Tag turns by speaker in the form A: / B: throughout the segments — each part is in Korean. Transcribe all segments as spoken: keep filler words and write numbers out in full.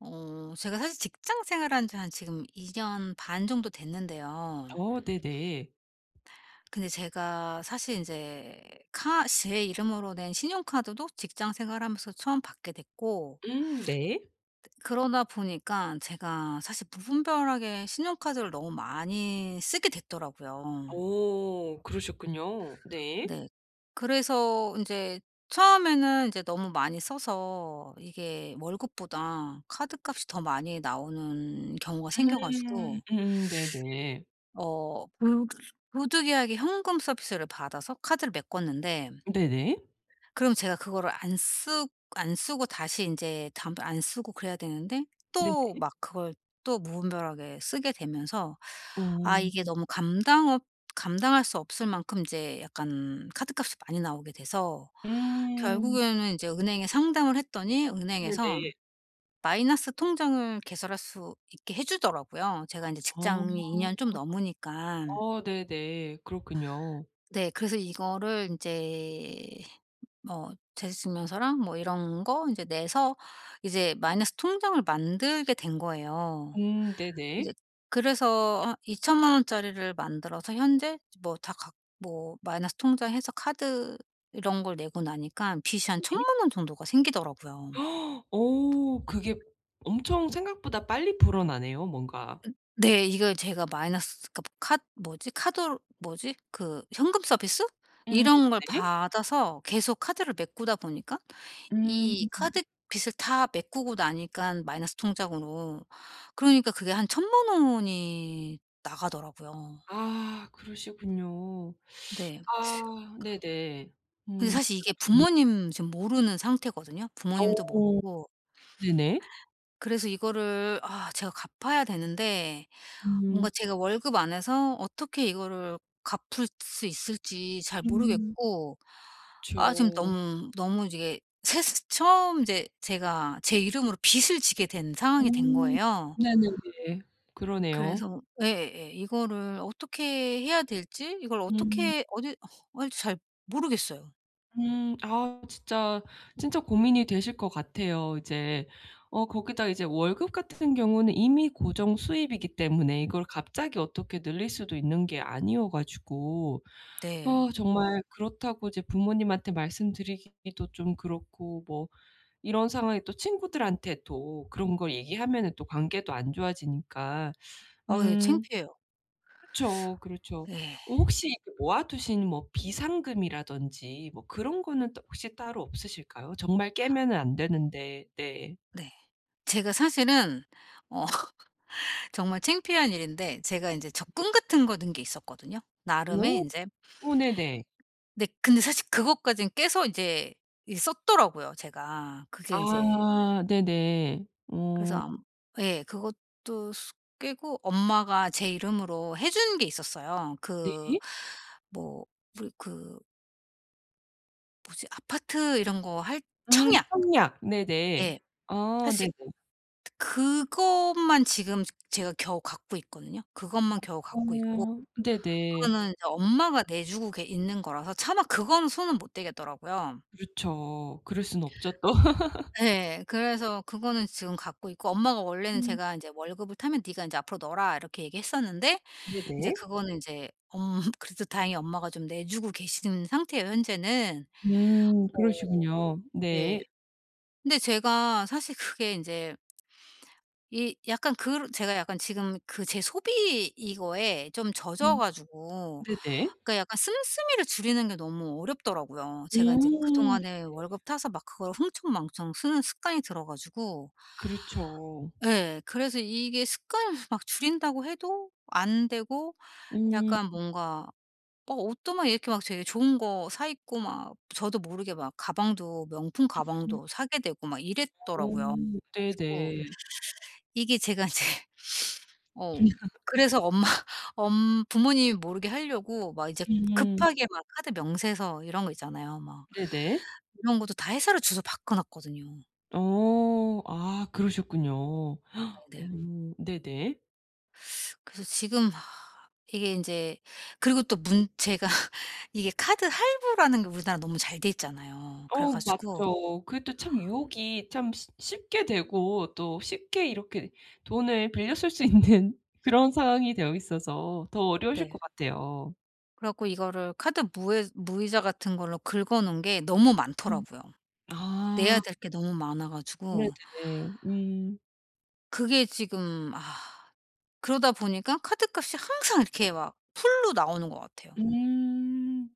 A: 어 제가 사실 직장 생활한 지 한 지금 이 년 반 정도 됐는데요.
B: 어 네네.
A: 근데 제가 사실 이제 카 제 이름으로 낸 신용카드도 직장 생활하면서 처음 받게 됐고,
B: 음 네.
A: 그러다 보니까 제가 사실 무분별하게 신용카드를 너무 많이 쓰게 됐더라고요.
B: 오 그러셨군요. 네.
A: 네. 그래서 이제 처음에는 이제 너무 많이 써서 이게 월급보다 카드값이 더 많이 나오는 경우가 생겨
B: 음.
A: 가지고
B: 음 네네.
A: 어 부득 부득이하게 현금 서비스를 받아서 카드를 메꿨는데,
B: 네네.
A: 그럼 제가 그거를 안 쓰 안 쓰고 다시 인제 다음부터 안 쓰고 그래야 되는데 또
B: 네네.
A: 막 그걸 또 무분별하게 쓰게 되면서,
B: 어.
A: 아 이게 너무 감당 없 감당할 수 없을 만큼 인제 약간 카드값이 많이 나오게 돼서,
B: 음
A: 결국에는 인제 은행에 상담을 했더니 은행에서
B: 네네.
A: 마이너스 통장을 개설할 수 있게 해 주더라고요. 제가 인제
B: 아.
A: 직장이 이 년 좀 넘으니까.
B: 어 네네. 그렇군요.
A: 네. 그래서 이거를 이제 뭐 재직증명서랑 뭐 이런 거 이제 내서 이제 마이너스 통장을 만들게 된 거예요.
B: 음 네네.
A: 이제 그래서 한이천만 원짜리를 만들어서 현재 뭐 다 각 뭐 마이너스 통장 해서 카드 이런 걸 내고 나니까 빚이 한
B: 네.
A: 천만 원 정도가 생기더라고요.
B: 헉, 오 그게 엄청 생각보다 빨리 불어나네요 뭔가.
A: 네. 이걸 제가 마이너스 그 카 뭐지? 카드 뭐지? 그 현금 서비스?
B: 음
A: 이런 걸
B: 네네.
A: 받아서 계속 카드를 메꾸다 보니까
B: 음.
A: 이 카드 빚을 다 메꾸고 나니깐 마이너스 통장으로. 그러니까 그게 한 천만 원이 나가더라고요.
B: 아 그러시군요.
A: 네.
B: 아 네네.
A: 근데
B: 음.
A: 사실 이게
B: 좋네요.
A: 부모님 지금 모르는 상태거든요. 부모님도
B: 오,
A: 모르고.
B: 네네.
A: 그래서 이거를, 아 제가 갚아야 되는데 뭔가
B: 음.
A: 제가 월급 안에서 어떻게 이거를 갚을 수 있을지 잘
B: 음.
A: 모르겠고, 아 지금
B: 그쵸.
A: 너무, 너무 이게 새스 처음 이제 제가 제 이름으로 빚을 지게 된 상황이 된
B: 음.
A: 거예요.
B: 네네네. 그러네요.
A: 그래서 예예예. 이거를 어떻게 해야 될지, 이걸
B: 음.
A: 어떻게 어디 어 할지 잘 모르겠어요.
B: 음. 아 진짜, 진짜 고민이 되실 것 같아요. 이제 어 거기다 이제 월급 같은 경우는 이미 고정 수입이기 때문에 이걸 갑자기 어떻게 늘릴 수도 있는 게 아니어 가지고
A: 네.
B: 아 정말 그렇다고 이제 부모님한테 말씀드리기도 좀 그렇고 뭐 이런 상황에 또 친구들한테 또 그런 걸 얘기하면은 또 관계도 안 좋아지니까
A: 어 예,
B: 음
A: 창피해요.
B: 그렇죠 그렇죠.
A: 예.
B: 어 혹시 그 모아 두신 뭐 비상금이라든지 뭐 그런 거는 또 혹시 따로 없으실까요? 정말 깨면은 안 되는데 네.
A: 네. 제가 사실은 어 정말 창피한 일인데, 제가 인제 적금 같은 거 넣은 게 있었거든요. 나름의
B: 오?
A: 인제.
B: 오, 네네.
A: 네, 근데 사실 그것까진 깨서 인제 이 썼더라고요 제가. 그게 인제.
B: 아 네네.
A: 그래서
B: 어
A: 암 예, 그것도 스 깨고 엄마가 제 이름으로 해준 게 있었어요.
B: 네.
A: 그 뭐 우리 그 뭐지? 아파트 이런 거 할
B: 음
A: 청약.
B: 청약. 네네.
A: 예.
B: 아
A: 사실
B: 네네.
A: 그것만 지금 제가 겨우 갖고 있거든요. 그것만 겨우 갖고 있고,
B: 어 네네.
A: 그거는 이제 엄마가 내주고 계 있는 거라서 차마 그거는 손은 못 대겠더라고요.
B: 그렇죠. 그럴 수는 없죠 또.
A: 예. 그래서 그거는 지금 갖고 있고, 엄마가 원래는
B: 음
A: 제가 인제 "월급을 타면 네가 인제 앞으로 넣어라." 이렇게 얘기했었는데, 인제
B: 네네.
A: 그거는 인제 엄 그래도 다행히 엄마가 좀 내주고 계시는 상태예요 현재는.
B: 음
A: 어.
B: 그러시군요. 네.
A: 네. 근데 제가 사실 그게 인제 이 약간 그 제가 약간 지금 그 제 소비 이거에 좀 젖어
B: 음
A: 가지고,
B: 네네.
A: 그러니까 약간 씀씀이를 줄이는 게 너무 어렵더라고요. 제가 인제
B: 음 네
A: 그동안에 월급 타서 막 그걸 흥청망청 쓰는 습관이 들어 가지고.
B: 그렇죠.
A: 예. 그래서 이게 습관을 막 줄인다고 해도 안 되고,
B: 음.
A: 약간 뭔가 막 옷도 막 이렇게 막 되게 좋은 거 사 입고 막 저도 모르게 막 가방도 명품 가방도 사게 되고 막
B: 오,
A: 이랬더라고요. 그래서
B: 네네.
A: 이게 제가 인제, 어. 그래서 엄마 엄 부모님이 모르게 하려고 막 이제
B: 음
A: 급하게 막 카드 명세서 이런 거 있잖아요. 막
B: 네네.
A: 이런 것도 다 회사로 주소 바꿔 놨거든요.
B: 어 아 그러셨군요.
A: 네네.
B: 음 네네.
A: 그래서 지금 이게 인제, 그리고 또 문 제가 이게 카드 할부라는 게 우리나라 너무 잘 돼 있잖아요. 그래
B: 어
A: 가지고.
B: 맞죠. 그게 또 참 유혹이 참 쉽 쉽게 되고 또 쉽게 이렇게 돈을 빌려 쓸 수 있는 그런 상황이 되어 있어서 더 어려우실
A: 네.
B: 것 같아요.
A: 그래 갖고 이거를 카드 무해 무이자 같은 걸로 긁어 놓은 게 너무
B: 음.
A: 많더라고요.
B: 아
A: 내야 될 게 너무 많아 가지고,
B: 네네. 음.
A: 그게 지금, 아 그러다 보니까 카드값이 항상 이렇게 막 풀로 나오는 것 같아요.
B: 음.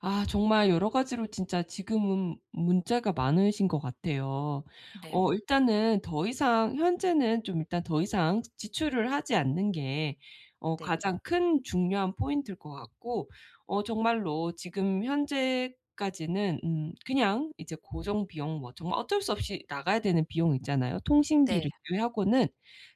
B: 아 정말 여러 가지로 진짜 지금은 문제가 많으신 것 같아요.
A: 네.
B: 어 일단은 더 이상 현재는 좀 일단 더 이상 지출을 하지 않는 게 어
A: 네.
B: 가장 큰 중요한 포인트일 것 같고 어 정말로 지금 현재까지는 음 그냥 이제 고정 비용 뭐 정말 어쩔 수 없이 나가야 되는 비용 있잖아요.
A: 네.
B: 통신비를 제외하고는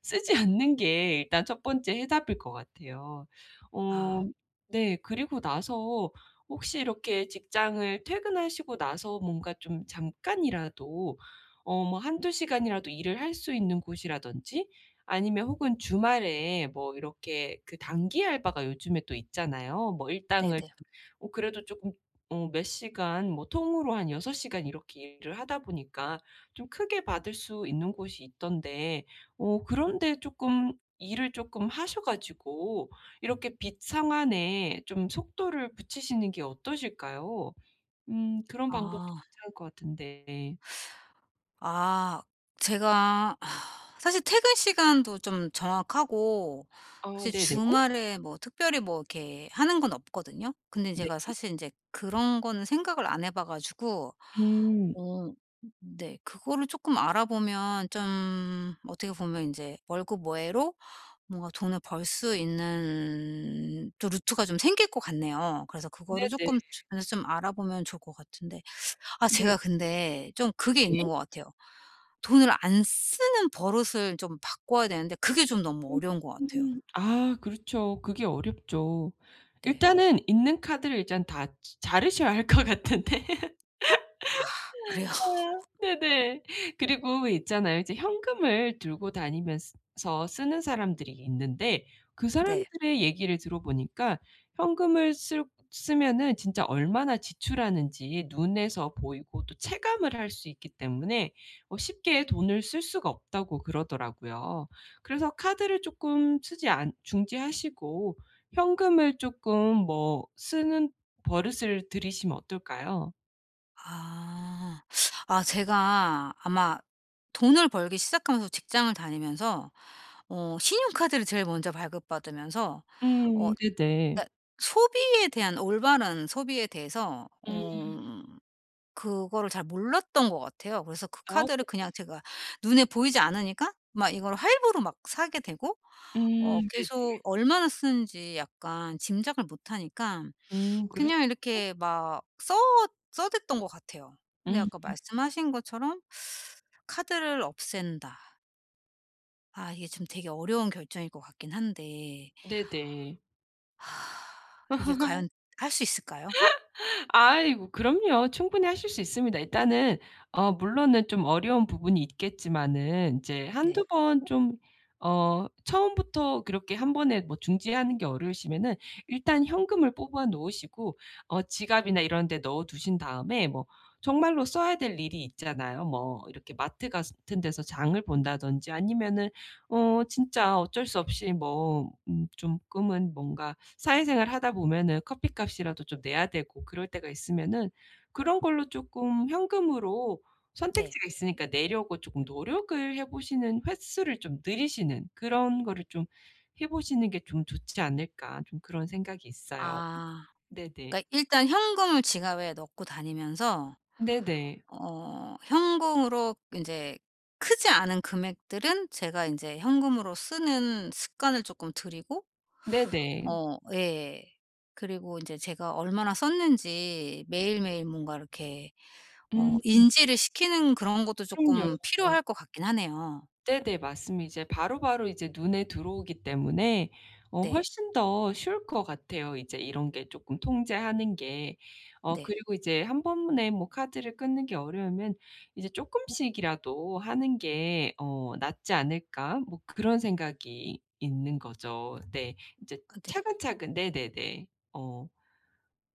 B: 쓰지 않는 게 일단 첫 번째 해답일 것 같아요. 어
A: 아
B: 네. 그리고 나서 혹시 이렇게 직장을 퇴근하시고 나서 뭔가 좀 잠깐이라도 어 뭐 한두 시간이라도 일을 할 수 있는 곳이라든지 아니면 혹은 주말에 뭐 이렇게 그 단기 알바가 요즘에 또 있잖아요. 뭐 일당을
A: 네네.
B: 좀 어 그래도 쪼끔 어 몇 시간 뭐 통으로 한 여섯 시간 이렇게 일을 하다 보니까 좀 크게 받을 수 있는 곳이 있던데 어 그런 데 쪼끔 일을 쪼끔 하셔 가지고 이렇게 빛 상한에 좀 속도를 붙이시는 게 어떠실까요? 음 그런 방법도
A: 아.
B: 괜찮을 것 같은데.
A: 아 제가 사실 퇴근 시간도 좀 정확하고,
B: 아
A: 사실
B: 네네.
A: 주말에 뭐 특별히 뭐 이렇게 하는 건 없거든요. 근데
B: 네.
A: 제가 사실 인제 그런 거는 생각을 안 해봐 가지고,
B: 음.
A: 어 네, 그거를 쪼끔 알아보면 좀 어떻게 보면 인제 월급 외로 뭔가 돈을 벌 수 있는 또 루트가 좀 생길 것 같네요. 그래서 그거를
B: 네네.
A: 쪼끔 주변에서 좀 알아보면 좋을 것 같은데. 아
B: 네네.
A: 제가 근데 좀 그게 있는 것 같아요. 돈을 안 쓰는 버릇을 좀 바꿔야 되는데 그게 좀 너무 어려운 것 같아요.
B: 음. 아 그렇죠. 그게 어렵죠.
A: 네.
B: 일단은 있는 카드를 일단 다 자 자르셔야 할 것 같은데.
A: 그래요?
B: 네네. 그리고 왜 있잖아요. 이제 현금을 들고 다니면서 쓰는 사람들이 있는데 그
A: 네.
B: 사람들의 얘기를 들어보니까 현금을 쓸 쓰면은 진짜 얼마나 지출하는지 눈에서 보이고 또 체감을 할 수 있기 때문에 어 쉽게 돈을 쓸 수가 없다고 그러더라고요. 그래서 카드를 쪼끔 쓰지 않 중지하시고 현금을 쪼끔 뭐 쓰는 버릇을 들이시면 어떨까요?
A: 아. 아 제가 아마 돈을 벌기 시작하면서 직장을 다니면서 어 신용카드를 제일 먼저 발급받으면서, 어
B: 음 네네.
A: 그러니까 소비에 대한, 올바른 소비에 대해서
B: 음.
A: 어 그거를 잘 몰랐던 것 같아요. 그래서 그
B: 아
A: 카드를 그냥
B: 네네.
A: 제가 눈에 보이지 않으니까 막 이걸 할부로 막 사게 되고, 어
B: 음
A: 계속
B: 네네.
A: 얼마나 쓰는지 약간 짐작을 못하니까
B: 음 그렇죠.
A: 그냥 이렇게 막 써 써댔던 것 같아요. 근데
B: 음
A: 아까 말씀하신 것처럼 '카드를 없앤다.' 아 이게 좀 되게 어려운 결정일 것 같긴 한데,
B: 네네.
A: 이게 과연 할 수 있을까요?
B: 아이고 그럼요. 충분히 하실 수 있습니다. 일단은 어 물론은 좀 어려운 부분이 있겠지만은 인제
A: 네.
B: 한두 번 좀 어 처음부터 그렇게 한 번에 뭐 중지하는 게 어려우시면은 일단 현금을 뽑아 놓으시고 어 지갑이나 이런 데 넣어 두신 다음에 뭐 정말로 써야 될 일이 있잖아요. 뭐 이렇게 마트 같은 데서 장을 본다든지 아니면은 어 진짜 어쩔 수 없이 뭐 음 조금은 뭔가 사회생활 하다 보면은 커피값이라도 좀 내야 되고 그럴 때가 있으면은 그런 걸로 쪼끔 현금으로
A: 네.
B: 선택지가 있으니까 내려고 쪼끔 노력을 해 보시는 횟수를 좀 늘리시는 그런 거를 좀 해 보시는 게 좀 좋지 않을까 좀 그런 생각이 있어요.
A: 아.
B: 네네.
A: 그러니까 일단 현금을 지갑에 넣고 다니면서
B: 네네.
A: 어 현금으로 이제 크지 않은 금액들은 제가 이제 현금으로 쓰는 습관을 조금 들이고,
B: 네네.
A: 어 예. 그리고 이제 제가 얼마나 썼는지 매일매일 뭔가 이렇게 어
B: 음
A: 인지를 시키는 그런 것도
B: 그럼요.
A: 조금 필요할 것 같긴 하네요.
B: 네네. 맞습니다. 이제 바로바로 이제 눈에 들어오기 때문에 어
A: 네.
B: 훨씬 더 쉬울 것 같아요, 이제 이런 게 쪼끔 통제하는 게. 어
A: 네.
B: 그리고 이제 한 번에 뭐 카드를 끊는 게 어려우면 이제 쪼끔씩이라도 하는 게 어 '낫지 않을까?' 뭐 그런 생각이 있는 거죠. 네. 이제
A: 아 네.
B: 차근차근 네네네. 어.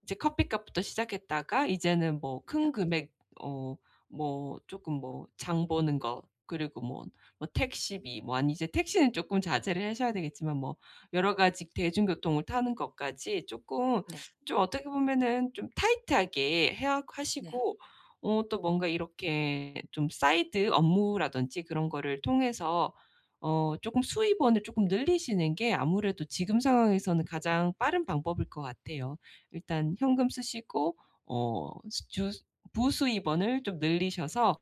B: 이제 커피값부터 시작했다가 이제는 뭐
A: 네.
B: 큰 금액 어 뭐 쪼끔 뭐 장 보는 거 그리고 뭐 뭐 택시비 뭐 아니 이제 택시는 쪼끔 자제를 하셔야 되겠지만 뭐 여러 가지 대중교통을 타는 것까지 쪼끔
A: 네.
B: 좀 어떻게 보면은 좀 타이트하게 해야
A: 네.
B: 하시고 어 또 뭔가 이렇게 좀 사이드 업무라든지 그런 거를 통해서 어 쪼끔 수입원을 쪼끔 늘리시는 게 아무래도 지금 상황에서는 가장 빠른 방법일 것 같아요. 일단 현금 쓰시고 어 주 부수입원을 좀 늘리셔서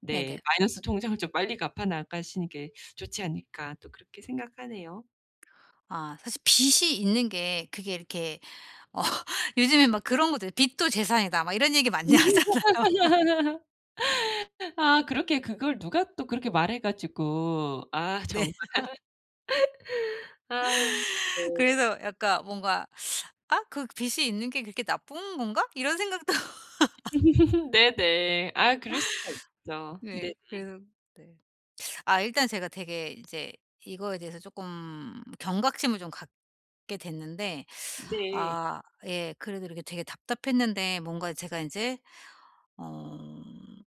B: 네
A: 네네.
B: 마이너스 통장을 좀 빨리 갚아 나가시는 게 좋지 않을까 또 그렇게 생각하네요.
A: 아 사실 빚이 있는 게 그게 이렇게 어 요즘에 막 그런 것도 "빚도 재산이다." 막 이런 얘기 많이 하잖아요.
B: 아 그렇게 그걸 누가 또 그렇게 말해 가지고 아
A: 네.
B: 정말 아 네.
A: 그래서 약간 뭔가 '아 그 빚이 있는 게 그렇게 나쁜 건가?' 이런 생각도.
B: 네네. 아 그럴 수가 있죠.
A: 네.
B: 네.
A: 그래서. 네. 아 일단 제가 되게 이제 이거에 대해서 조금 경각심을 좀 갖게 됐는데,
B: 네.
A: 아 예 그래도 이렇게 되게 답답했는데 뭔가 제가 이제 어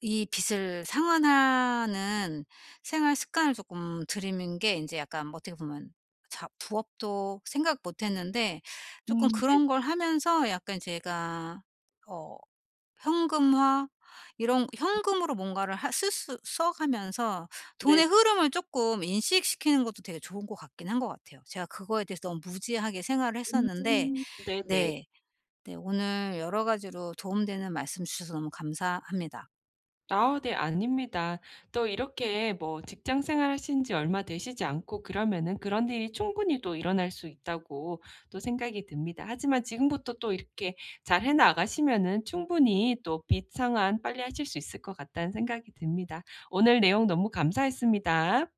A: 이 빚을 상환하는 생활 습관을 조금 들이는 게 이제 약간 어떻게 보면 자 부업도 생각 못 했는데, 조금
B: 음
A: 그런 걸 하면서 약간 제가 어 현금화, 이런 현금으로 뭔가를 하 쓸 수 써 가면서
B: 네네.
A: 돈의
B: 네.
A: 흐름을 조금 인식시키는 것도 되게 좋은 것 같긴 한 것 같아요. 제가 그거에 대해서 너무 무지하게 생활을 했었는데.
B: 음 네네.
A: 네. 네 오늘 여러 가지로 도움되는 말씀 주셔서 너무 감사합니다.
B: 아 네 아닙니다. 또 이렇게 뭐 직장 생활하신 지 얼마 되시지 않고 그러면은 그런 일이 충분히 또 일어날 수 있다고 또 생각이 듭니다. 하지만 지금부터 또 이렇게 잘 해 나가시면은 충분히 또 빚 상환 빨리 하실 수 있을 것 같다는 생각이 듭니다. 오늘 내용 너무 감사했습니다.